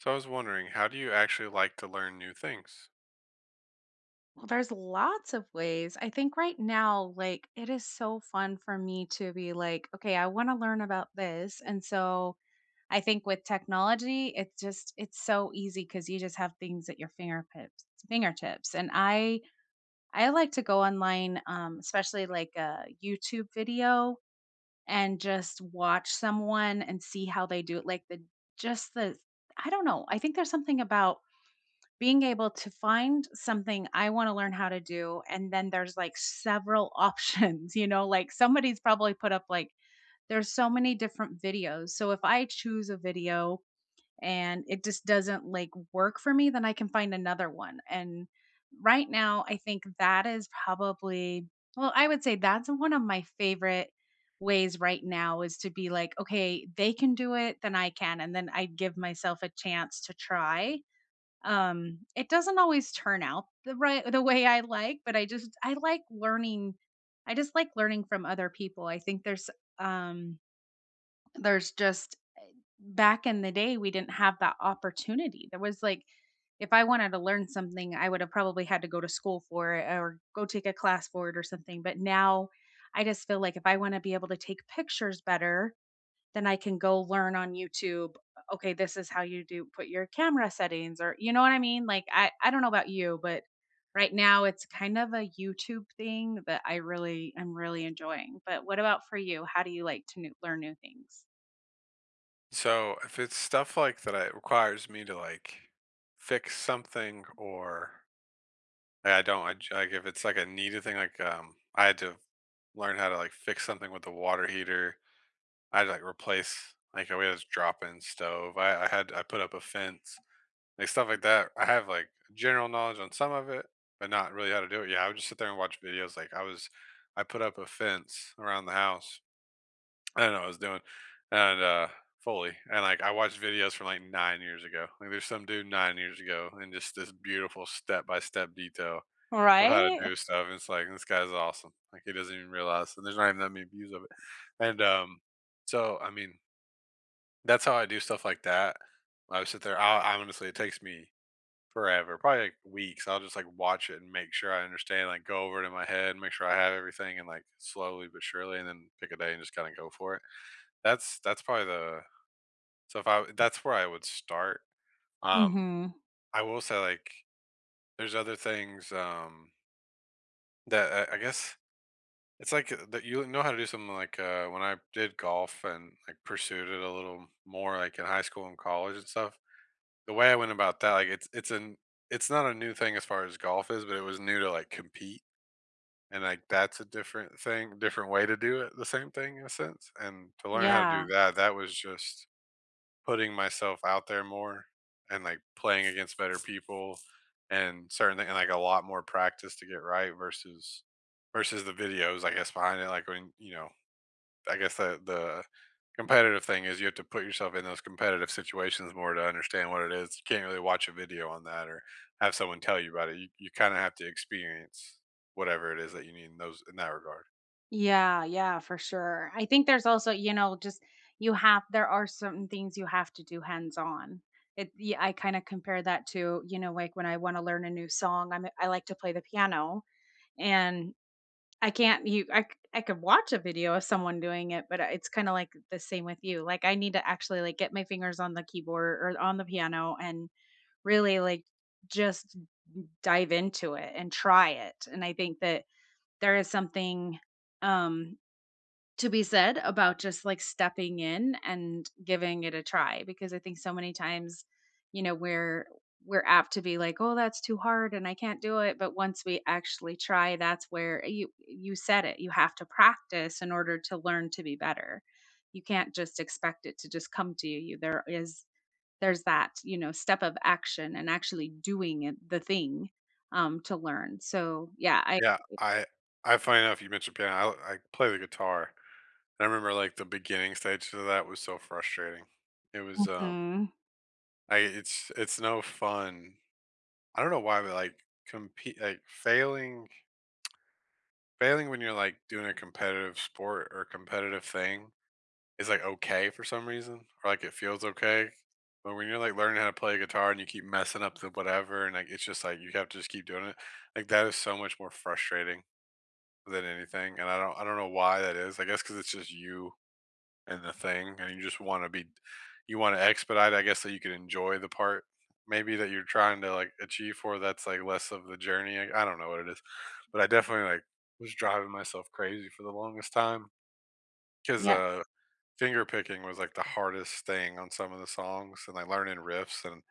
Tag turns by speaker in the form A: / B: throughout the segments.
A: So I was wondering, how do you actually like to learn new things?
B: Well, there's lots of ways. I think right now, like, it is so fun for me to be like, okay, I want to learn about this. And so I think with technology, it's just, it's so easy because you just have things at your fingertips, fingertips. And I like to go online, especially like a YouTube video and just watch someone and see how they do it. Like just the, I don't know. I think there's something about being able to find something I wanna learn how to do, and then there's, like, several options, like, somebody's probably put up, like there's so many different videos, so if I choose a video and it just doesn't, like, work for me, then I can find another one, and right now, I think that is probably. Well, I would say that's one of my favorite ways right now is to be like, "Okay, they can do it, then I can," and then I give myself a chance to try. It doesn't always turn out the way I like, but I like learning. I just like learning from other people. I think um there's just back in the day we didn't have that opportunity. There was like if I wanted to learn something, I would have probably had to go to school for it or go take a class for it or something. But now I just feel like if I want to be able to take pictures better, then I can go learn on YouTube, okay, this is how you do put your camera settings, or you know what I mean? Like I don't know about you, but right now it's kind of a YouTube thing that I'm really enjoying. But what about for you? How do you like to learn new things?
A: So if it's stuff like that, it requires me to like fix something, or I don't I, j- like if it's like a needed thing, like I had to learn how to like fix something with the water heater. I had to like replace like we had this drop-in stove. I put up a fence, like stuff like that. I have like general knowledge on some of it, but not really how to do it. Yeah, I would just sit there and watch videos. I put up a fence around the house. I don't know what I was doing, and, Foley, and, like, I watched videos from, like, 9 years ago. Like, there's some dude 9 years ago and just this beautiful step-by-step detail of how to
B: Right?
A: do stuff, and it's like, "This guy's awesome." Like, he doesn't even realize, and there's not even that many views of it, and, so, I mean, that's how I do stuff like that. I sit there, I honestly, it takes me forever, probably, like, weeks. I'll just, like, watch it and make sure I understand, like, go over it in my head, make sure I have everything, and, like, slowly but surely, and then pick a day and just kinda go for it. That's probably the so if I That's where I would start. Um,
B: Mhm.
A: I will say, like, there's other things, that I guess it's like, that you know how to do something like, when I did golf and, like, pursued it a little more, like, in high school and college and stuff, the way I went about that, like, it's not a new thing as far as golf is, but it was new to, like, compete, and, like, that's a different way to do it, the same thing in a sense, and to learn how to do
B: Yeah.
A: that, that was just putting myself out there more and, like, playing against better people and certain thing and, like, a lot more practice to get right versus the videos, I guess, behind it, like, when, you know I guess the competitive thing is you have to put yourself in those competitive situations more to understand what it is. You can't really watch a video on that or have someone tell you about it. You kinda have to experience whatever it is that you need in those in that regard.
B: Yeah, yeah, for sure. I think there's also, you know, just you have there are certain things you have to do hands on. I kind of compare that to, you know, like when I want to learn a new song, I like to play the piano and I can't you I c- I could watch a video of someone doing it, but it's kind of like the same with you. Like I need to actually like get my fingers on the keyboard or on the piano and really like just dive into it and try it. And I think that there is something um to be said about just like stepping in and giving it a try because I think so many times, you know, we're apt to be like, "Oh, that's too hard and I can't do it." But once we actually try, that's where you said it. You have to practice in order to learn to be better. You can't just expect it to just come to you. There's that, you know, step of action and actually doing it, the thing, to learn. So, yeah, I.
A: Yeah, I funny enough, you mentioned piano. I play the guitar. I remember like the beginning stages of that was so frustrating. It was um
B: Mhm.
A: it's no fun. I don't know why, but like, compete like failing when you're like doing a competitive sport or competitive thing is like okay for some reason, or like it feels okay. But when you're like learning how to play guitar and you keep messing up the whatever and like, it's just like you have to just keep doing it. Like, that is so much more frustrating than anything, and I don't know why that is. I guess cuz it's just you. And the thing, and you wanna expedite, I guess, that you can enjoy the part maybe that you're trying to, like, achieve for, that's, like, less of the journey. I don't know what it is, but I definitely, like, was driving myself crazy for the longest time 'cause,
B: Yeah.
A: finger picking was, like, the hardest thing on some of the songs and, like, learning riffs and,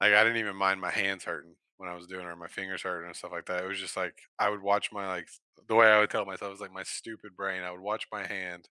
A: like, I didn't even mind my hands hurting when I was doing it or my fingers hurting and stuff like that. It was just, like, I would watch my, like the way I would tell myself is, like, my stupid brain, I would watch my hand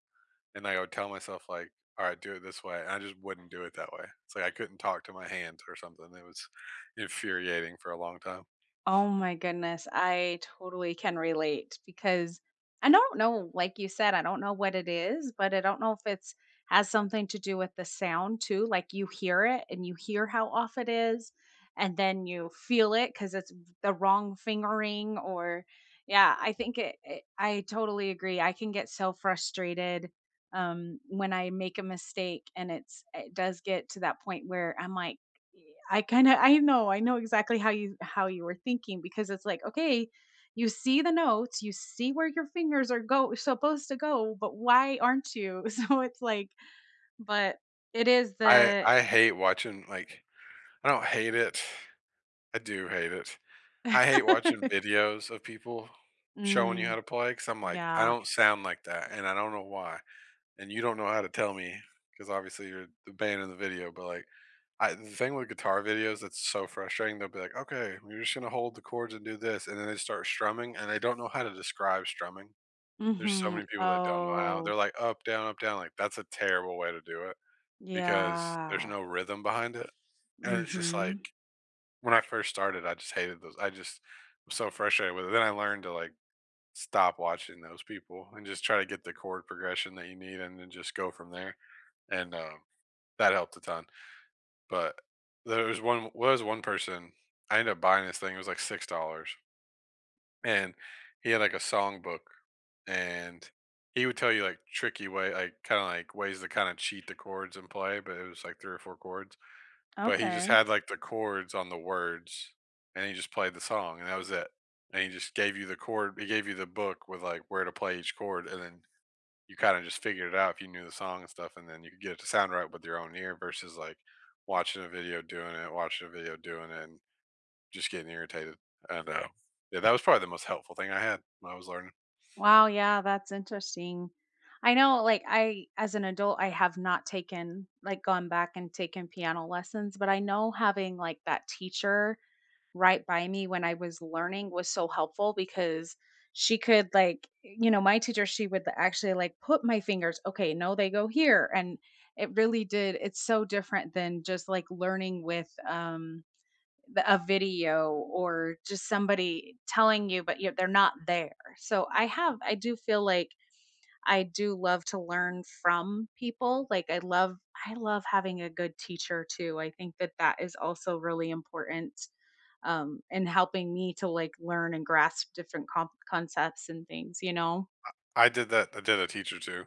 A: and I would tell myself like, "All right, do it this way," and I just wouldn't do it that way. It's like I couldn't talk to my hands or something. It was infuriating for a long time.
B: Oh my goodness, I totally can relate because I don't know, like you said, I don't know what it is, but I don't know if it's has something to do with the sound too. Like you hear it and you hear how off it is, and then you feel it because it's the wrong fingering or yeah, I think it, it I totally agree. I can get so frustrated when I make a mistake, and it's it does get to that point where I'm like I kind of I know exactly how you were thinking because it's like, okay, you see the notes, you see where your fingers are go supposed to go, but why aren't you? So it's like, but it is
A: I
B: the.
A: I hate watching, like, I don't hate it. I do hate it. I hate watching videos of people showing you how
B: Mm,
A: to play because I'm like, I
B: yeah.
A: don't sound like that, and I don't know why. And you don't know how to tell me because obviously you're the band in the video, but like, I the thing with guitar videos that's so frustrating, they'll be like, "Okay, we're just gonna hold the chords and do this," and then they start strumming, and they don't know how to describe strumming. There's so
B: Mhm.
A: many people that don't know how.
B: Oh,
A: They're like, "Up, down, up, down." Like, that's a terrible way to do it because there's
B: yeah.
A: no rhythm behind it, and it's just like,
B: Mhm.
A: when I first started, I just hated those. I just was so frustrated with it. Then I learned to like stop watching those people and just try to get the chord progression that you need, and then just go from there. And that helped a ton. But there was one well, was one person. I ended up buying this thing, it was like $6, and he had, like, a song book, and he would tell you, like, kinda, like, ways to kinda cheat the chords and play, but it was, like, 3 or 4 chords, but he just
B: Okay.
A: had, like, the chords on the words, and he just played the song, and that was it, and he just gave you the chord he gave you the book with, like, where to play each chord, and then you kind of just figured it out if you knew the song and stuff, and then you could get it to sound right with your own ear versus like watching a video doing it, watching a video doing it, and just getting irritated. And yeah, that was probably the most helpful thing I had when I was learning.
B: Wow, yeah, that's interesting. I know like I as an adult I have not taken like gone back and taken piano lessons, but I know having like that teacher right by me when I was learning was so helpful because she could like, you know, my teacher, she would actually like put my fingers, okay no they go here, and it really did. It's so different than just like learning with a video or just somebody telling you but you they're not there, so I do feel like I do love to learn from people. Like I love having a good teacher too. I think that that is also really important in helping me to like learn and grasp different concepts and things, you know.
A: I did that. I did a teacher too,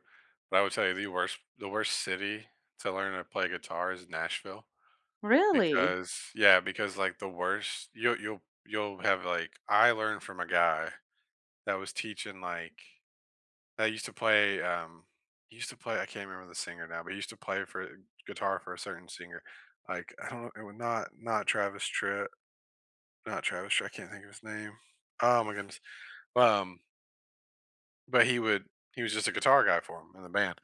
A: but I would tell you the worst city to learn to play guitar is Nashville
B: Really.
A: because, yeah, because like the worst you will you'll have like I learned from a guy that was teaching like, I used to play, he used to play I can't remember the singer now, but he used to play for, guitar for a certain singer. Like, I don't know, it was not Travis Tritt, I can't think of his name. Oh my goodness. Um, but he was just a guitar guy for him in the band.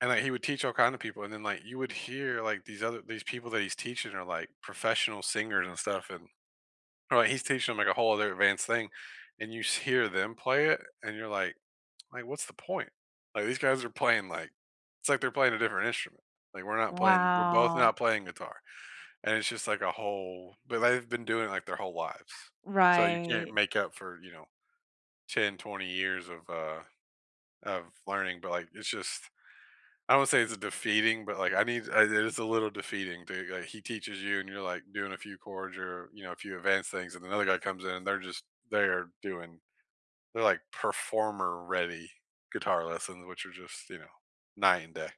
A: And like, he would teach all kind of people and then like you would hear like these people that he's teaching are like professional singers and stuff, and, or like he's teaching them like a whole other advanced thing and you hear them play it and you're like, "What's the point? Like, these guys are playing like it's like they're playing a different instrument. Like, we're both
B: Wow.
A: not playing guitar," and it's just like a whole but they've been doing it, like, their whole lives. So you can't
B: Right.
A: make up for, you know, 10, 20 years of learning, but, like, it's just, I don't say it's defeating, but, like, I need I it is a little defeating. To like, he teaches you, and you're, like, doing a few chords or, you know, a few advanced things, and another guy comes in, and they're just they are doing they're like performer ready guitar lessons, which are just, you know, night and day.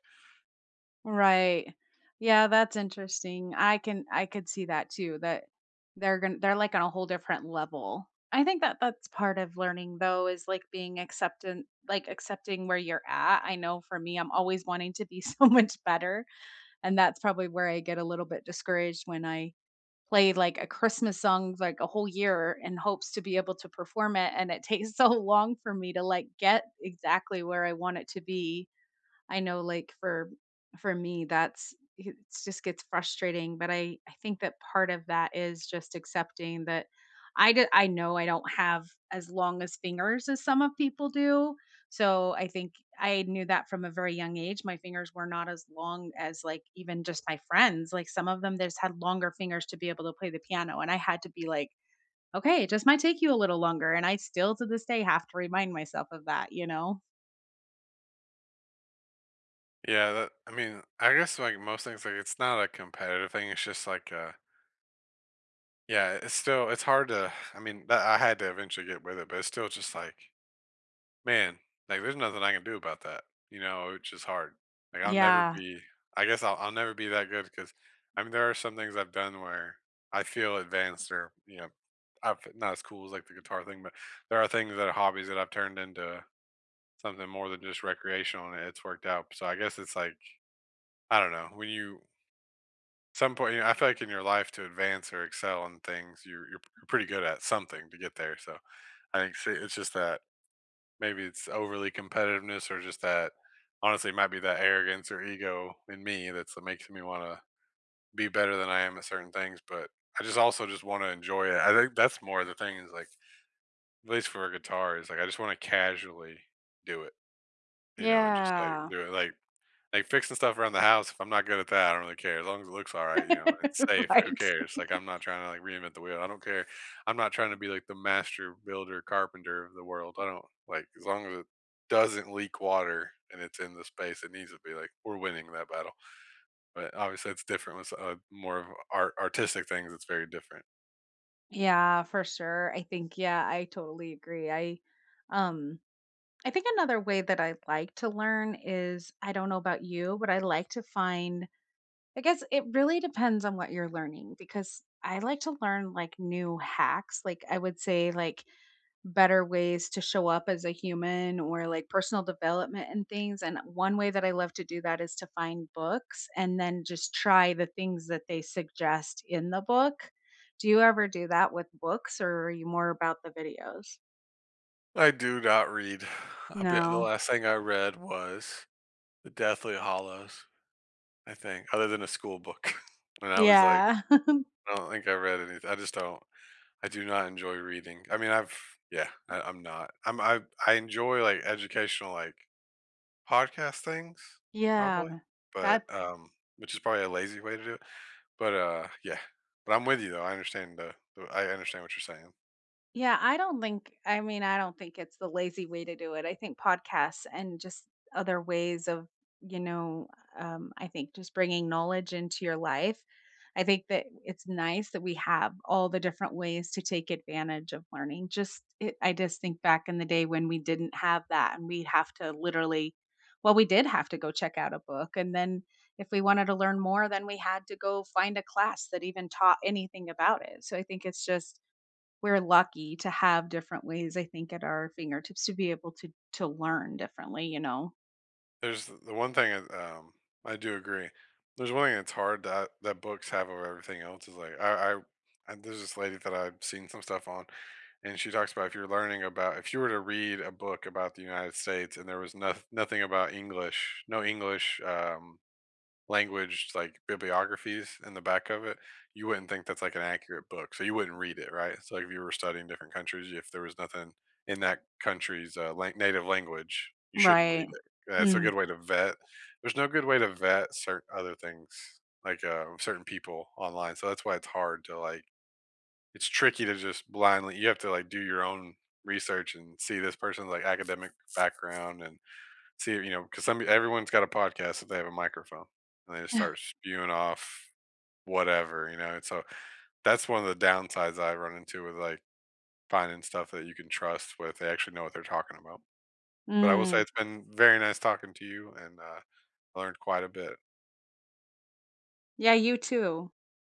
B: Right. Yeah, that's interesting. I could see that too, that they're like on a whole different level. I think that that's part of learning though is like being acceptant, like accepting where you're at. I know for me, I'm always wanting to be so much better. And that's probably where I get a little bit discouraged when I play like a Christmas song like a whole year in hopes to be able to perform it. And it takes so long for me to like get exactly where I want it to be. I know like for me that's it. Just gets frustrating, but I think that part of that is just accepting that I did. I know I don't have as long as fingers as some of people do. So I think I knew that from a very young age. My fingers were not as long as like even just my friends. Like some of them they just had longer fingers to be able to play the piano, and I had to be like, okay, it just might take you a little longer, and I still to this day have to remind myself of that, you know.
A: Yeah, that, I mean, I guess like most things, like it's not a competitive thing. It's just like, yeah, it's still, it's hard to, I mean, that, I had to eventually get with it, but it's still just like, man, like there's nothing I can do about that, you know, it's just hard. Like,
B: Yeah.
A: I guess I'll never be that good because, I mean, there are some things I've done where I feel advanced, or, you know, not as cool as like the guitar thing, but there are things that are hobbies that I've turned into something more than just recreational, and it's worked out. So I guess it's like, I don't know, when you some point, you know, I feel like in your life to advance or excel in things, you're you're pretty good at something to get there. So I think, see, it's just that maybe it's overly competitiveness or just that honestly it might be that arrogance or ego in me that makes me want to be better than I am at certain things. But I just also just want to enjoy it. I think that's more the thing, is like at least for a guitar is like I just want to casually do it, you know, and just like
B: Yeah.
A: do it like. Fixing stuff around the house, if I'm not good at that, I don't really care. As long as it looks all right, you know, and it's safe, like, who
B: Right.
A: cares? Like, I'm not trying to, like, reinvent the wheel. I don't care. I'm not trying to be, like, the master builder carpenter of the world. I don't like, as long as it doesn't leak water and it's in the space it needs to be, like, we're winning that battle. But, obviously, it's different with, more of artistic things, it's very different.
B: Yeah, for sure. I think yeah, I totally agree. Um I think another way that I like to learn is I don't know about you, but I like to find I guess it really depends on what you're learning because I like to learn like new hacks. Like I would say like better ways to show up as a human or like personal development and things. And one way that I love to do that is to find books and then just try the things that they suggest in the book. Do you ever do that with books, or are you more about the videos?
A: I do not read. I be The
B: No.
A: last thing I read was The Deathly Hollows, I think, other than a school book, and I was like,
B: Yeah.
A: I don't think I read anything. I just don't. I do not enjoy reading. I mean, I've yeah, I'm not. I enjoy like educational like podcast things probably,
B: Yeah.
A: but
B: That's.
A: um, which is probably a lazy way to do it. But yeah. But I'm with you though. I understand the. The I understand what you're saying.
B: Yeah, I don't think I mean, I don't think it's the lazy way to do it. I think podcasts and just other ways of, you know, I think just bringing knowledge into your life. I think that it's nice that we have all the different ways to take advantage of learning. Just it, I just think back in the day when we didn't have that, and we have to literally well, we did have to go check out a book, and then if we wanted to learn more, then we had to go find a class that even taught anything about it. So I think it's just we're lucky to have different ways, I think, at our fingertips to be able to learn differently, you know?
A: There's the one thing is, I do agree. There's one thing that's hard, that books have over everything else, is like, I there's this lady that I've seen some stuff on, and she talks about, if you were to read a book about the United States and there was nothing about English, no English, language, like bibliographies in the back of it, you wouldn't think that's like an accurate book. So you wouldn't read it, right? So like, if you were studying different countries, if there was nothing in that country's, native language, you shouldn't read
B: Right.
A: it. That's a
B: Mm.
A: good way to vet. There's no good way to vet certain other things, like, certain people online. So that's why it's hard to, like, it's tricky to just blindly, you have to like do your own research and see this person's like academic background and see, you know, because some everyone's got a podcast if they have a microphone, and they just start spewing off whatever, you know. And so that's one of the downsides I run into with, like, finding stuff that you can trust with, they actually know what they're talking about. But I will say
B: Mm.
A: it's been very nice talking to you, and I learned quite a bit.
B: Yeah, you too.